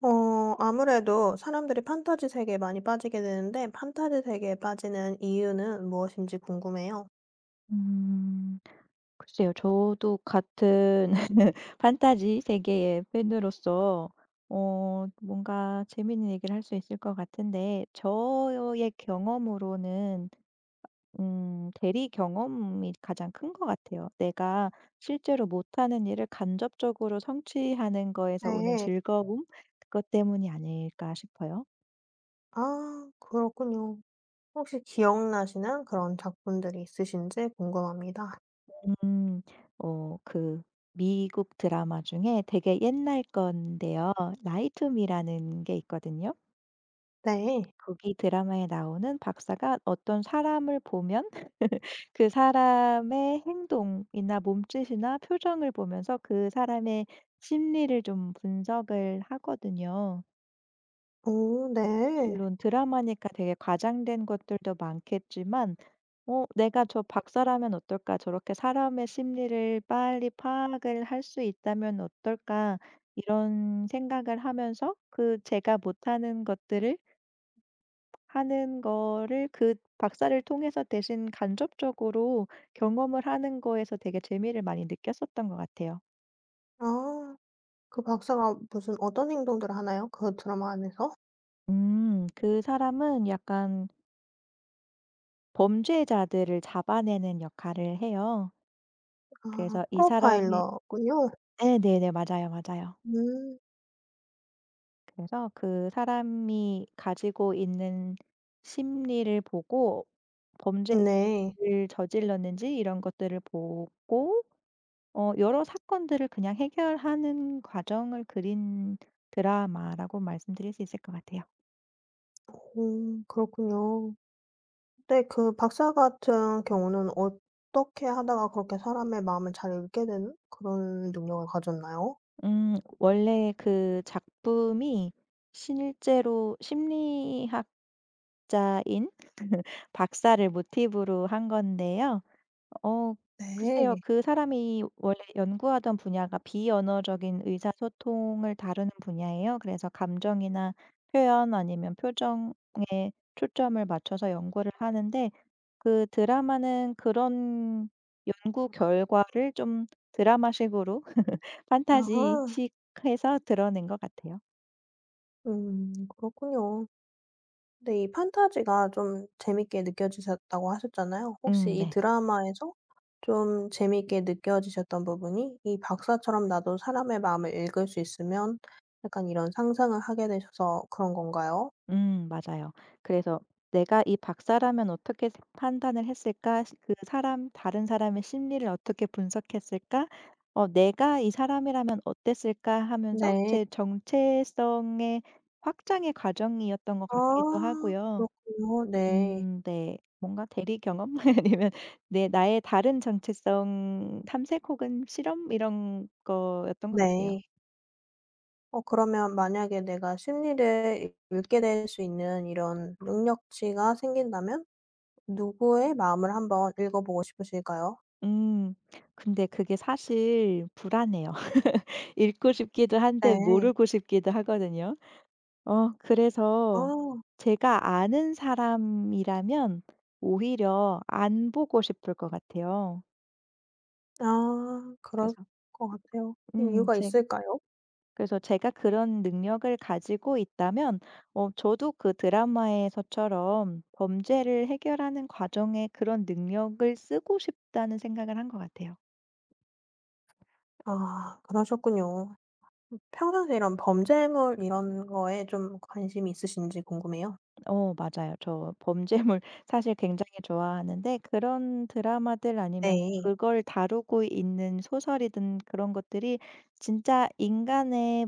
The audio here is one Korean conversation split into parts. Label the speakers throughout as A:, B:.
A: 어 아무래도 사람들이 판타지 세계에 많이 빠지게 되는데 판타지 세계에 빠지는 이유는 무엇인지 궁금해요.
B: 음. 글쎄요. 저도 같은 판타지 세계의 팬으로서 뭔가 재미있는 얘기를 할 수 있을 것 같은데 저의 경험으로는 대리 경험이 가장 큰 것 같아요. 내가 실제로 못하는 일을 간접적으로 성취하는 거에서 오는
A: 네.
B: 즐거움 그것 때문이 아닐까 싶어요.
A: 아 그렇군요. 혹시 기억나시는 그런 작품들이 있으신지 궁금합니다.
B: 음. 어 그 미국 드라마 중에 되게 옛날 건데요. 라이 투 미라는 게 있거든요.
A: 네.
B: 거기 드라마에 나오는 박사가 어떤 사람을 보면 그 사람의 행동이나 몸짓이나 표정을 보면서 그 사람의 심리를 좀 분석을 하거든요.
A: 오 네.
B: 물론 드라마니까 되게 과장된 것들도 많겠지만 '내가 저 박사라면 어떨까? 저렇게 사람의 심리를 빨리 파악을 할 수 있다면 어떨까?' 이런 생각을 하면서 그 제가 못하는 것들을 하는 거를 그 박사를 통해서 대신 간접적으로 경험을 하는 거에서 되게 재미를 많이 느꼈었던 것 같아요.
A: 아 그 박사가 무슨 어떤 행동들을 하나요? 그 드라마 안에서?
B: 음. 그 사람은 약간 범죄자들을 잡아내는 역할을 해요.
A: 아
B: 그래서 이 사람이
A: 프로파일러군요.
B: 네, 네네. 맞아요, 맞아요.
A: 음.
B: 그래서 그 사람이 가지고 있는 심리를 보고 범죄를
A: 네.
B: 저질렀는지 이런 것들을 보고 여러 사건들을 그냥 해결하는 과정을 그린 드라마라고 말씀드릴 수 있을 것 같아요.
A: 오 그렇군요. 네. 그 박사 같은 경우는 어떻게 하다가 그렇게 사람의 마음을 잘 읽게 되는 그런 능력을 가졌나요?
B: 원래 그 작품이 실제로 심리학자인 박사를 모티브로 한 건데요. 어 글쎄요.
A: 네.
B: 그 사람이 원래 연구하던 분야가 비언어적인 의사소통을 다루는 분야예요. 그래서 감정이나 표현 아니면 표정에 초점을 맞춰서 연구를 하는데 그 드라마는 그런 연구 결과를 좀 드라마식으로
A: 아하.
B: 판타지식 해서 드러낸 것 같아요.
A: 그렇군요. 근데 이 판타지가 좀 재밌게 느껴지셨다고 하셨잖아요. 혹시 이
B: 네.
A: 드라마에서 좀 재밌게 느껴지셨던 부분이 이 박사처럼 나도 사람의 마음을 읽을 수 있으면 약간 이런 상상을 하게 되셔서 그런 건가요?
B: 맞아요. 그래서 '내가 이 박사라면 어떻게 판단을 했을까? 시 그 사람 다른 사람의 심리를 어떻게 분석했을까? 내가 이 사람이라면 어땠을까?' 하면서
A: 네.
B: 제 정체성의 확장의 과정이었던 것
A: 아
B: 같기도 하고요.
A: 그렇군요. 네.
B: 네. 뭔가 대리 경험 아니면 내 나의 다른 정체성 탐색 혹은 실험 이런 거였던 것 같아요.
A: 네. 어 그러면 만약에 내가 심리를 읽게 될 수 있는 이런 능력치가 생긴다면 누구의 마음을 한번 읽어 보고 싶으실까요?
B: 음 근데 그게 사실 불안해요. 읽고 싶기도 한데
A: 네.
B: 모르고 싶기도 하거든요.
A: 아.
B: 그래서 제가 아는 사람이라면 오히려 안 보고 싶을 것 같아요.
A: 아 그럴
B: 그래서
A: 것 같아요. 이유가
B: 제
A: 있을까요?
B: 그래서 제가 그런 능력을 가지고 있다면 저도 그 드라마에서처럼 범죄를 해결하는 과정에 그런 능력을 쓰고 싶다는 생각을 한 것 같아요.
A: 아 그러셨군요. 평상시에 이런 범죄물 이런 거에 좀 관심이 있으신지 궁금해요.
B: 어 맞아요. 저 범죄물 사실 굉장히 좋아하는데 그런 드라마들 아니면
A: 네.
B: 그걸 다루고 있는 소설이든 그런 것들이 진짜 인간의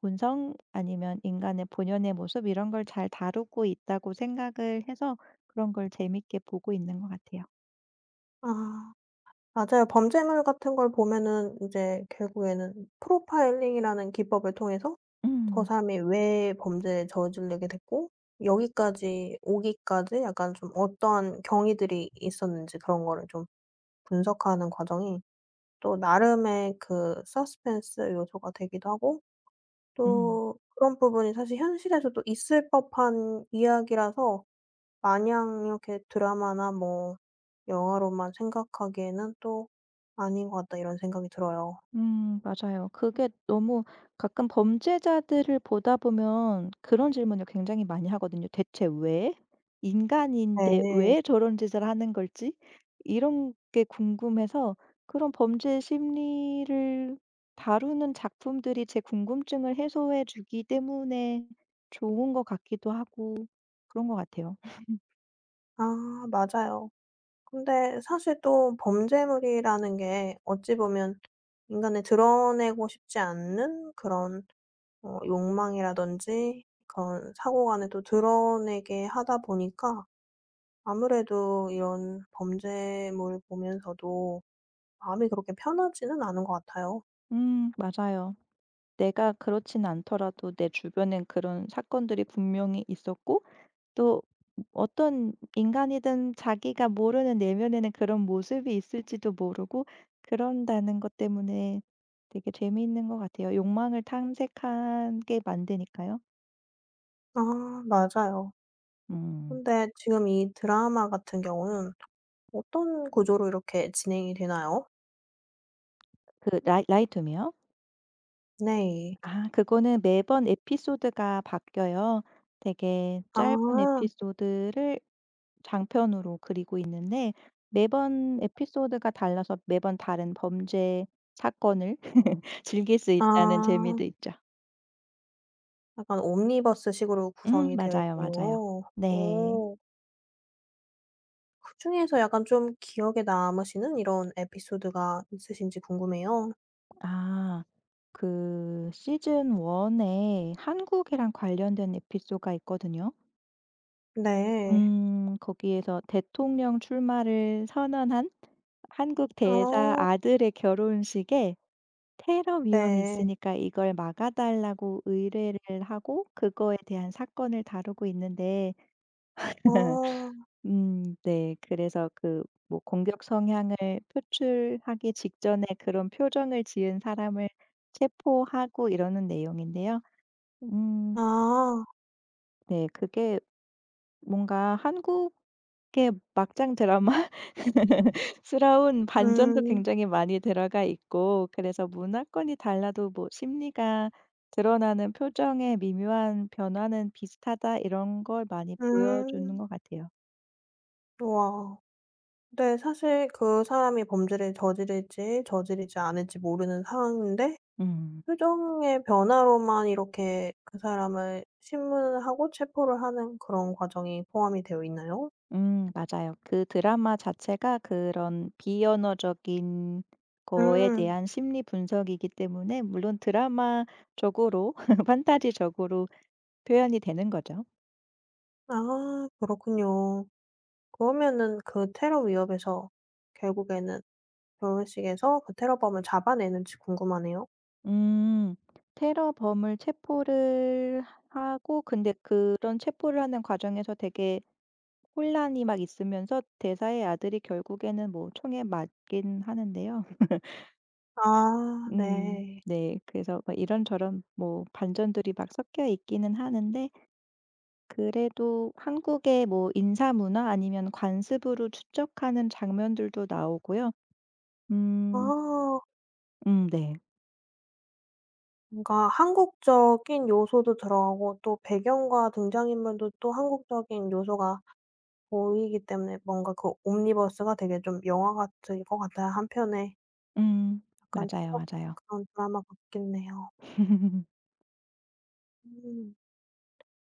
B: 본성 아니면 인간의 본연의 모습 이런 걸 잘 다루고 있다고 생각을 해서 그런 걸 재밌게 보고 있는 것 같아요.
A: 아. 맞아요. 범죄물 같은 걸 보면은 이제 결국에는 프로파일링이라는 기법을 통해서 저
B: 음.
A: 사람이 왜 범죄에 저질르게 됐고 여기까지 오기까지 약간 좀 어떠한 경위들이 있었는지 그런 거를 좀 분석하는 과정이 또 나름의 그 서스펜스 요소가 되기도 하고
B: 음.
A: 또 그런 부분이 사실 현실에서도 있을 법한 이야기라서 마냥 이렇게 드라마나 뭐 영화로만 생각하기에는 또 아닌 것 같다 이런 생각이 들어요.
B: 맞아요. 그게 너무 가끔 범죄자들을 보다 보면 그런 질문을 굉장히 많이 하거든요. 대체 왜? 인간인데
A: 네.
B: 왜 저런 짓을 하는 걸지? 이런 게 궁금해서 그런 범죄 심리를 다루는 작품들이 제 궁금증을 해소해 주기 때문에 좋은 것 같기도 하고 그런 것 같아요.
A: 아 맞아요. 근데 사실 또 범죄물이라는 게 어찌 보면 인간의 드러내고 싶지 않는 그런 욕망이라든지 그런 사고관을 또 드러내게 하다 보니까 아무래도 이런 범죄물 보면서도 마음이 그렇게 편하지는 않은 것 같아요.
B: 맞아요. 내가 그렇진 않더라도 내 주변엔 그런 사건들이 분명히 있었고 또 어떤 인간이든 자기가 모르는 내면에는 그런 모습이 있을지도 모르고 그런다는 것 때문에 되게 재미있는 것 같아요. 욕망을 탐색하게 만드니까요.
A: 아 맞아요.
B: 음.
A: 근데 지금 이 드라마 같은 경우는 어떤 구조로 이렇게 진행이 되나요?
B: 그 라이투미요?
A: 네.
B: 아 그거는 매번 에피소드가 바뀌어요. 되게 짧은
A: 아.
B: 에피소드를 장편으로 그리고 있는데 매번 에피소드가 달라서 매번 다른 범죄 사건을 즐길 수 있다는
A: 아.
B: 재미도 있죠.
A: 약간 옴니버스 식으로 구성이 되어
B: 맞아요, 맞아요.
A: 있군요.
B: 네.
A: 오, 그중에서 약간 좀 기억에 남으시는 이런 에피소드가 있으신지 궁금해요.
B: 아 그 시즌 1에 한국이랑 관련된 에피소드가 있거든요.
A: 네.
B: 거기에서 대통령 출마를 선언한 한국 대사
A: 어.
B: 아들의 결혼식에 테러 위험이
A: 네.
B: 있으니까 이걸 막아 달라고 의뢰를 하고 그거에 대한 사건을 다루고 있는데
A: 어.
B: 네. 그래서 뭐 공격 성향을 표출하기 직전에 그런 표정을 지은 사람을 체포하고 이러는 내용인데요. 음
A: 아.
B: 네. 그게 뭔가 한국의 막장 드라마 스러운 반전도
A: 음.
B: 굉장히 많이 들어가 있고 그래서 문화권이 달라도 뭐 심리가 드러나는 표정의 미묘한 변화는 비슷하다 이런 걸 많이 보여주는
A: 음.
B: 것 같아요.
A: 와 근데 사실 그 사람이 범죄를 저지를지 저지르지 않을지 모르는 상황인데
B: 음.
A: 표정의 변화로만 이렇게 그 사람을 신문을 하고 체포를 하는 그런 과정이 포함이 되어 있나요?
B: 맞아요. 그 드라마 자체가 그런 비언어적인 거에
A: 음.
B: 대한 심리 분석이기 때문에 물론 드라마적으로 판타지적으로 표현이 되는 거죠.
A: 아 그렇군요. 그러면은 그 테러 위협에서 결국에는 결혼식에서 그 테러범을 잡아내는지 궁금하네요.
B: 음. 테러범을 체포를 하고 근데 그런 체포를 하는 과정에서 되게 혼란이 막 있으면서 대사의 아들이 결국에는 뭐 총에 맞긴 하는데요.
A: 아 네.
B: 네. 그래서 뭐 이런저런 뭐 반전들이 막 섞여 있기는 하는데 그래도 한국의 뭐 인사 문화 아니면 관습으로 추적하는 장면들도 나오고요. 음.
A: 아
B: 네.
A: 뭔가 한국적인 요소도 들어가고 또 배경과 등장인물도 또 한국적인 요소가 보이기 때문에 뭔가 그 옴니버스가 되게 좀 영화 같은 것 같아요 한편에.
B: 음.
A: 약간
B: 맞아요, 맞아요.
A: 추적한 드라마 같겠네요. 음.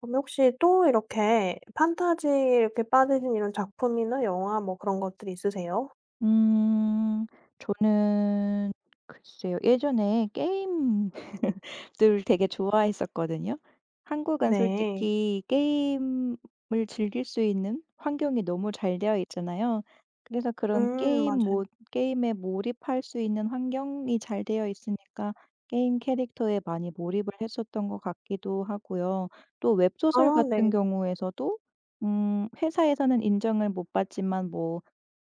A: 그럼 혹시 또 이렇게 판타지에 이렇게 빠지신 이런 작품이나 영화 뭐 그런 것들이 있으세요?
B: 음. 저는 글쎄요. 예전에 게임을 되게 좋아했었거든요. 한국은
A: 네.
B: 솔직히 게임을 즐길 수 있는 환경이 너무 잘 되어 있잖아요. 그래서 그런 게임
A: 맞아요.
B: 모 게임에 몰입할 수 있는 환경이 잘 되어 있으니까 게임 캐릭터에 많이 몰입을 했었던 것 같기도 하고요. 또 웹소설
A: 아 네.
B: 같은 경우에서도 회사에서는 인정을 못 받지만 뭐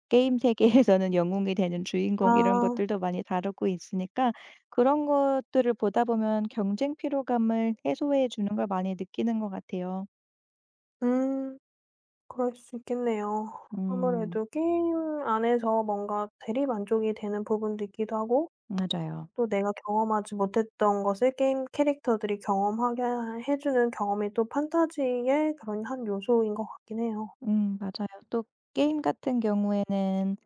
B: 게임 세계에서는 영웅이 되는 주인공 이런
A: 아.
B: 것들도 많이 다루고 있으니까 그런 것들을 보다 보면 경쟁 피로감을 해소해 주는 걸 많이 느끼는 것 같아요.
A: 음. 그럴 수 있겠네요.
B: 음
A: 아무래도 게임 안에서 뭔가 대리만족이 되는 부분도 있기도 하고
B: 맞아요.
A: 또 내가 경험하지 못했던 것을 게임 캐릭터들이 경험하게 해 주는 경험이 또 판타지의 그런 한 요소인 것 같긴 해요.
B: 맞아요. 또 게임 같은 경우에는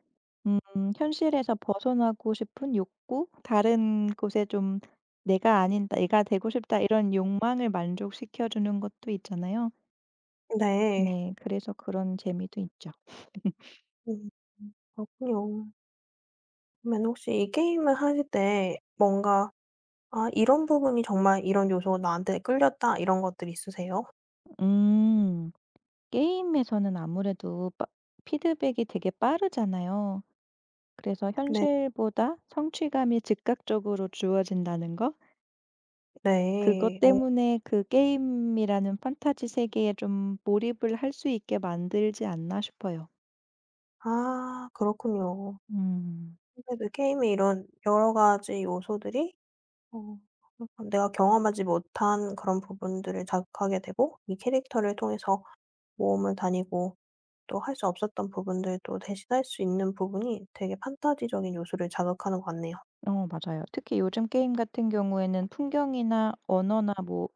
B: 음 현실에서 벗어나고 싶은 욕구, 다른 곳에 좀 '내가 아닌 내가 되고 싶다.' 이런 욕망을 만족시켜 주는 것도 있잖아요.
A: 네.
B: 네 그래서 그런 재미도 있죠.
A: 음. 그렇군요. 그러면 혹시 이 게임을 하실 때 뭔가 '아 이런 부분이 정말 이런 요소가 나한테 끌렸다.' 이런 것들이 있으세요?
B: 음. 게임에서는 아무래도 빠 피드백이 되게 빠르잖아요. 그래서
A: 네.
B: 현실보다 성취감이 즉각적으로 주어진다는 거? 그것
A: 네. 어.
B: 때문에 그 게임이라는 판타지 세계에 좀 몰입을 할 수 있게 만들지 않나 싶어요.
A: 아 그렇군요.
B: 음.
A: 아무래도 게임의 이런 여러 가지 요소들이 어 약간 내가 경험하지 못한 그런 부분들을 자극하게 되고 이 캐릭터를 통해서 모험을 다니고 또 할 수 없었던 부분들도 대신할 수 있는 부분이 되게 판타지적인 요소를 자극하는 것 같네요.
B: 어 맞아요. 특히 요즘 게임 같은 경우에는 풍경이나 언어나 뭐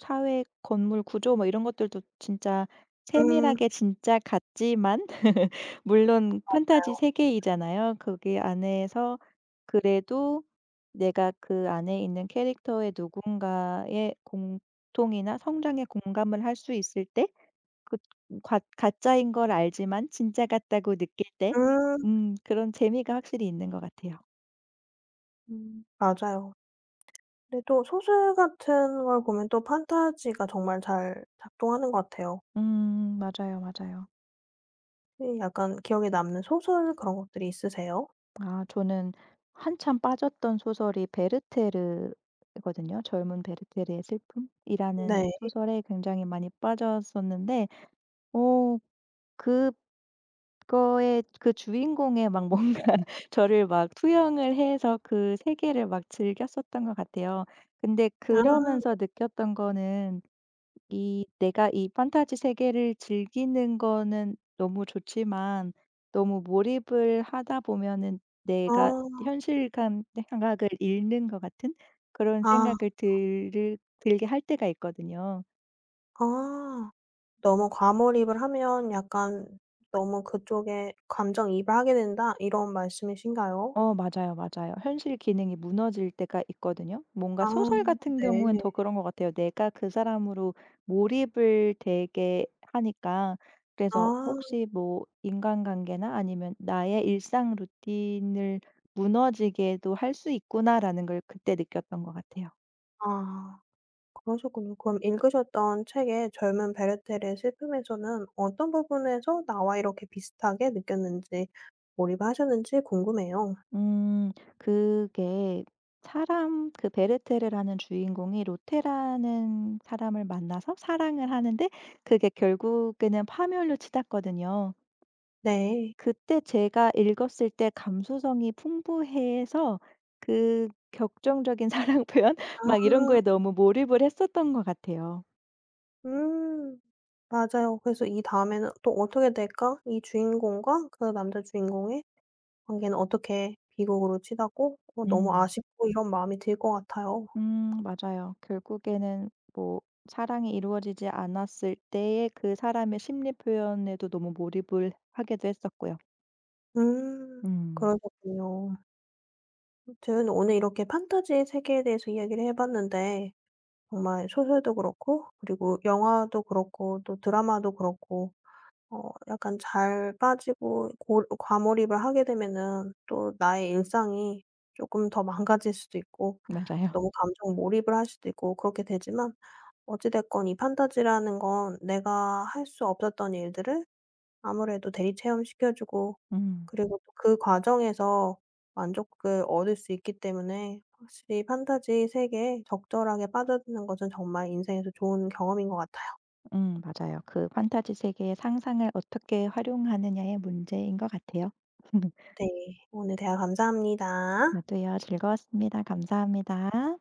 B: 사회 건물 구조 뭐 이런 것들도 진짜
A: 음.
B: 세밀하게 진짜 같지만 물론 판타지
A: 맞아요.
B: 세계이잖아요. 거기 안에서 그래도 내가 그 안에 있는 캐릭터의 누군가의 공통이나 성장에 공감을 할 수 있을 때 그 과 가짜인 걸 알지만 진짜 같다고 느낄 때
A: 음.
B: 그런 재미가 확실히 있는 것 같아요.
A: 맞아요. 근데 또 소설 같은 걸 보면 또 판타지가 정말 잘 작동하는 것 같아요.
B: 맞아요, 맞아요.
A: 이 약간 기억에 남는 소설 그런 것들이 있으세요?
B: 아 저는 한참 빠졌던 소설이 베르테르거든요. 젊은 베르테르의 슬픔이라는
A: 네.
B: 소설에 굉장히 많이 빠졌었는데 오 그 거의 그 주인공의 막 뭔가 저를 막 투영을 해서 그 세계를 막 즐겼었던 것 같아요. 근데 그러면서
A: 아
B: 느꼈던 거는 이 내가 이 판타지 세계를 즐기는 거는 너무 좋지만 너무 몰입을 하다 보면은 내가
A: 어
B: 현실감 감각을 잃는 것 같은 그런
A: 아
B: 생각을 들 들게 할 때가 있거든요.
A: 아. 너무 과몰입을 하면 약간 너무 그쪽에 감정이입을 하게 된다 이런 말씀이신가요?
B: 어 맞아요, 맞아요. 현실 기능이 무너질 때가 있거든요. 뭔가
A: 아
B: 소설 같은 경우엔
A: 네.
B: 더 그런 것 같아요. 내가 그 사람으로 몰입을 되게 하니까 그래서
A: 아.
B: 혹시 뭐 인간관계나 아니면 나의 일상 루틴을 무너지게도 할 수 있구나라는 걸 그때 느꼈던 것 같아요.
A: 아. 그러셨군요. 그럼 읽으셨던 책의 젊은 베르텔의 슬픔에서는 어떤 부분에서 나와 이렇게 비슷하게 느꼈는지 몰입하셨는지 궁금해요.
B: 음 그게 사람 그 베르테르라는 주인공이 로테라는 사람을 만나서 사랑을 하는데 그게 결국에는 파멸로 치닫거든요.
A: 네.
B: 그때 제가 읽었을 때 감수성이 풍부해서 그 격정적인 사랑 표현
A: 아.
B: 막 이런 거에 너무 몰입을 했었던 것 같아요.
A: 음. 맞아요. 그래서 이 다음에는 또 어떻게 될까? 이 주인공과 그 남자 주인공의 관계는 어떻게 비극으로 치닫고 너무
B: 음.
A: 아쉽고 이런 마음이 들 것 같아요.
B: 맞아요. 결국에는 뭐 사랑이 이루어지지 않았을 때의 그 사람의 심리 표현에도 너무 몰입을 하기도 했었고요.
A: 음.
B: 음
A: 그러셨군요. 아무튼 오늘 이렇게 판타지 세계에 대해서 이야기를 해 봤는데 정말 소설도 그렇고 그리고 영화도 그렇고 또 드라마도 그렇고 약간 잘 빠지고 과몰입을 하게 되면은 또 나의 일상이 조금 더 망가질 수도 있고
B: 맞아요.
A: 너무 감정 몰입을 할 수도 있고 그렇게 되지만 어찌 됐건 이 판타지라는 건 내가 할 수 없었던 일들을 아무래도 대리 체험시켜 주고
B: 음.
A: 그리고 또 그 과정에서 만족을 얻을 수 있기 때문에 확실히 판타지 세계에 적절하게 빠져드는 것은 정말 인생에서 좋은 경험인 것 같아요.
B: 맞아요. 그 판타지 세계의 상상을 어떻게 활용하느냐의 문제인 것 같아요.
A: 네. 오늘 대화 감사합니다.
B: 저도요. 즐거웠습니다. 감사합니다.